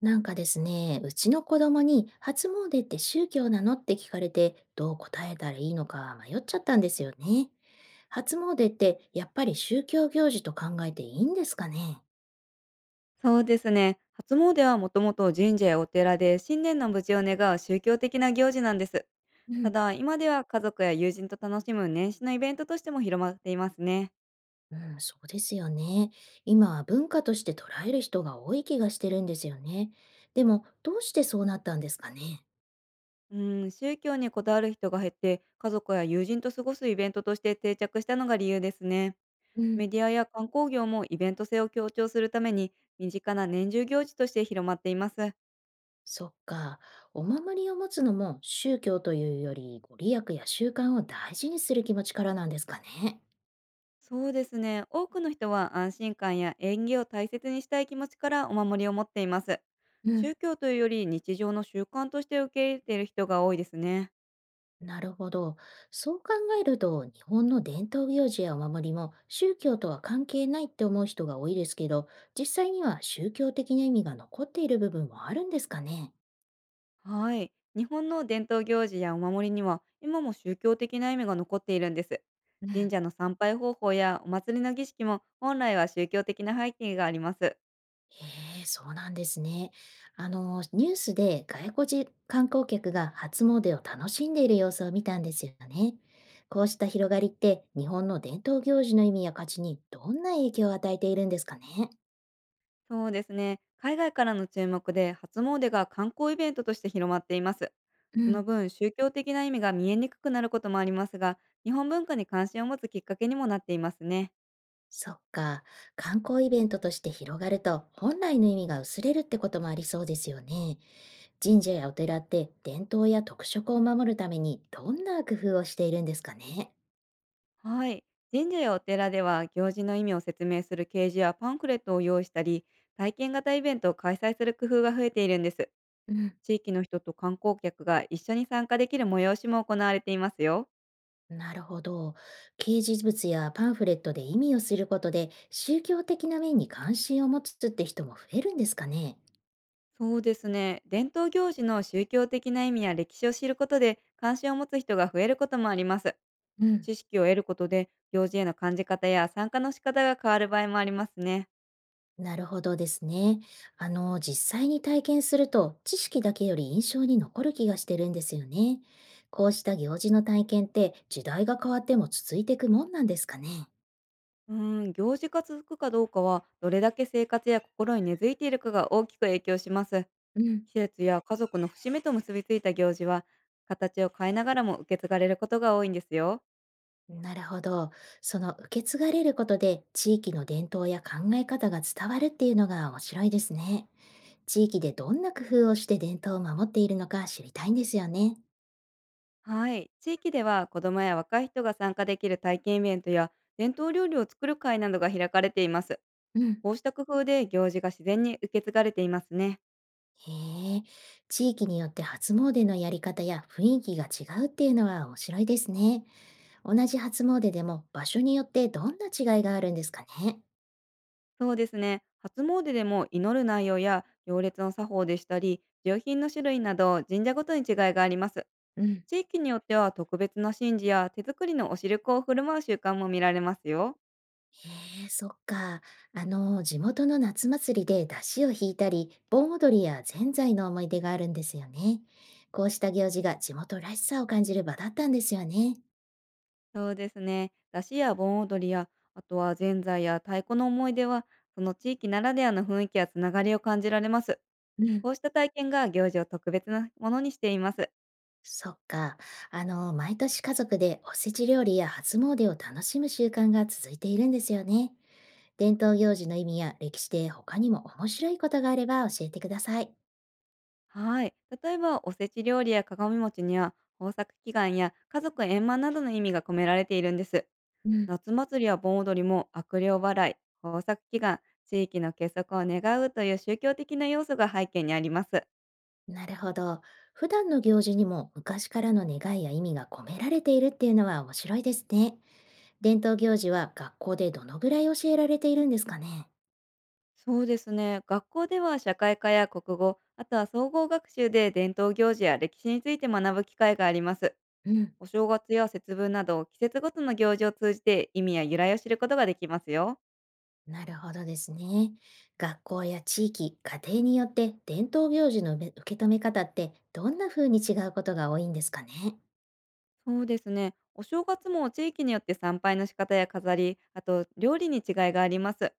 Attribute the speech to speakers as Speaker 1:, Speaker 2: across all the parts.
Speaker 1: なんかですね、うちの子供に初詣って宗教なのって聞かれて、どう答えたらいいのか迷っちゃったんですよね。初詣ってやっぱり宗教行事と考えていいんですかね？
Speaker 2: そうですね。初詣はもともと神社やお寺で新年の無事を願う宗教的な行事なんです。
Speaker 1: う
Speaker 2: た
Speaker 1: ん。
Speaker 2: だ、今では家族や友人と楽しむ年始のイベントとしても広まっていますね。
Speaker 1: うん、そうですよね。今は文化として捉える人が多い気がしてるんですよね。でも、どうしてそうなったんですかね？
Speaker 2: うん、宗教にこだわる人が減って、家族や友人と過ごすイベントとして定着したのが理由ですね。
Speaker 1: うん。
Speaker 2: メディアや観光業もイベント性を強調するために、身近な年中行事として広まっています。
Speaker 1: そっか。お守りを持つのも宗教というより、ご利益や習慣を大事にする気持ちからなんですかね。
Speaker 2: そうですね。多くの人は安心感や縁起を大切にしたい気持ちからお守りを持っています。
Speaker 1: うん。
Speaker 2: 宗教というより日常の習慣として受け入れている人が多いですね。
Speaker 1: なるほど。そう考えると、日本の伝統行事やお守りも宗教とは関係ないって思う人が多いですけど、実際には宗教的な意味が残っている部分もあるんですかね。
Speaker 2: はい。日本の伝統行事やお守りには今も宗教的な意味が残っているんです。神社の参拝方法やお祭りの儀式も本来は宗教的な背景があります。
Speaker 1: へえ、そうなんですね。ニュースで外国人観光客が初詣を楽しんでいる様子を見たんですよね。こうした広がりって、日本の伝統行事の意味や価値にどんな影響を与えているんですかね。
Speaker 2: そうですね。海外からの注目で初詣が観光イベントとして広まっています。
Speaker 1: う
Speaker 2: その
Speaker 1: ん。
Speaker 2: 分、宗教的な意味が見えにくくなることもありますが、日本文化に関心を持つきっかけにもなっていますね。
Speaker 1: そっか。観光イベントとして広がると本来の意味が薄れるってこともありそうですよね。神社やお寺って伝統や特色を守るためにどんな工夫をしているんですかね。
Speaker 2: はい。神社やお寺では行事の意味を説明する掲示やパンフレットを用意したり、体験型イベントを開催する工夫が増えているんです。
Speaker 1: うん。
Speaker 2: 地域の人と観光客が一緒に参加できる催しも行われていますよ。
Speaker 1: なるほど。掲示物やパンフレットで意味をすることで宗教的な面に関心を持つって人も増えるんですかね。
Speaker 2: そうですね。伝統行事の宗教的な意味や歴史を知ることで関心を持つ人が増えることもあります。
Speaker 1: うん。
Speaker 2: 知識を得ることで行事への感じ方や参加の仕方が変わる場合もありますね。
Speaker 1: なるほどですね。実際に体験すると知識だけより印象に残る気がしてるんですよね。こうした行事の体験って時代が変わっても続いていくもんなんですかね。
Speaker 2: うーん、行事が続くかどうかはどれだけ生活や心に根付いているかが大きく影響します。
Speaker 1: うん。
Speaker 2: 季節や家族の節目と結びついた行事は、形を変えながらも受け継がれることが多いんですよ。
Speaker 1: なるほど。その受け継がれることで地域の伝統や考え方が伝わるっていうのが面白いですね。地域でどんな工夫をして伝統を守っているのか知りたいんですよね。
Speaker 2: はい。地域では子供や若い人が参加できる体験イベントや、伝統料理を作る会などが開かれています。
Speaker 1: うん。
Speaker 2: こうした工夫で行事が自然に受け継がれていますね。
Speaker 1: へえ、地域によって初詣のやり方や雰囲気が違うっていうのは面白いですね。同じ初詣でも場所によってどんな違いがあるんですかね。
Speaker 2: そうですね。初詣でも祈る内容や行列の作法でしたり、上品の種類など神社ごとに違いがあります。
Speaker 1: うん。
Speaker 2: 地域によっては特別な神事や手作りのお汁粉を振る舞う習慣も見られますよ。
Speaker 1: へえ、そっか。地元の夏祭りで出汁を引いたり、盆踊りやぜんざいの思い出があるんですよね。こうした行事が地元らしさを感じる場だったんですよね。
Speaker 2: そうですね。出汁や盆踊りや、あとはぜんざいや太鼓の思い出は、その地域ならではの雰囲気やつながりを感じられます。
Speaker 1: うん、
Speaker 2: こうした体験が行事を特別なものにしています。
Speaker 1: そっか。毎年家族でおせち料理や初詣を楽しむ習慣が続いているんですよね。伝統行事の意味や歴史で他にも面白いことがあれば教えてください。
Speaker 2: はい。例えば、おせち料理や鏡餅には、豊作祈願や家族円満などの意味が込められているんです。
Speaker 1: うん、
Speaker 2: 夏祭りや盆踊りも、悪霊払い、豊作祈願、地域の結束を願うという宗教的な要素が背景にあります。
Speaker 1: なるほど。普段の行事にも昔からの願いや意味が込められているっていうのは面白いですね。伝統行事は学校でどのぐらい教えられているんですかね？
Speaker 2: そうですね。学校では社会科や国語、あとは総合学習で伝統行事や歴史について学ぶ機会があります。
Speaker 1: うん、
Speaker 2: お正月や節分など季節ごとの行事を通じて、意味や由来を知ることができますよ。
Speaker 1: なるほどですね。学校や地域、家庭によって伝統行事の受け止め方ってどんな風に違うことが多いんですかね？
Speaker 2: そうですね。お正月も地域によって参拝の仕方や飾り、あと料理に違いがあります。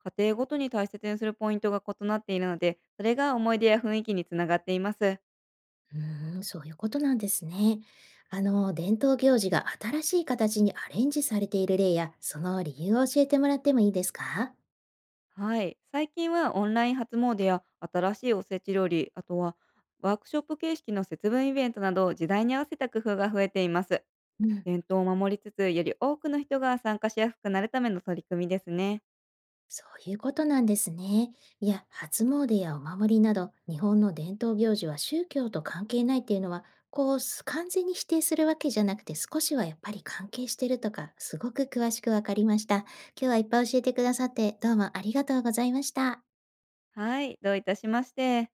Speaker 2: 家庭ごとに大切にするポイントが異なっているので、それが思い出や雰囲気につながっています。
Speaker 1: うーん、そういうことなんですね。伝統行事が新しい形にアレンジされている例や、その理由を教えてもらってもいいですか？
Speaker 2: はい。最近はオンライン初詣や新しいおせち料理、あとはワークショップ形式の節分イベントなど、時代に合わせた工夫が増えています。
Speaker 1: うん、
Speaker 2: 伝統を守りつつ、より多くの人が参加しやすくなるための取り組みですね。
Speaker 1: そういうことなんですね。いや、初詣やお守りなど、日本の伝統行事は宗教と関係ないっていうのは、完全に否定するわけじゃなくて、少しはやっぱり関係してるとか、すごく詳しくわかりました。今日はいっぱい教えてくださって、どうもありがとうございました。
Speaker 2: はい。どういたしまして。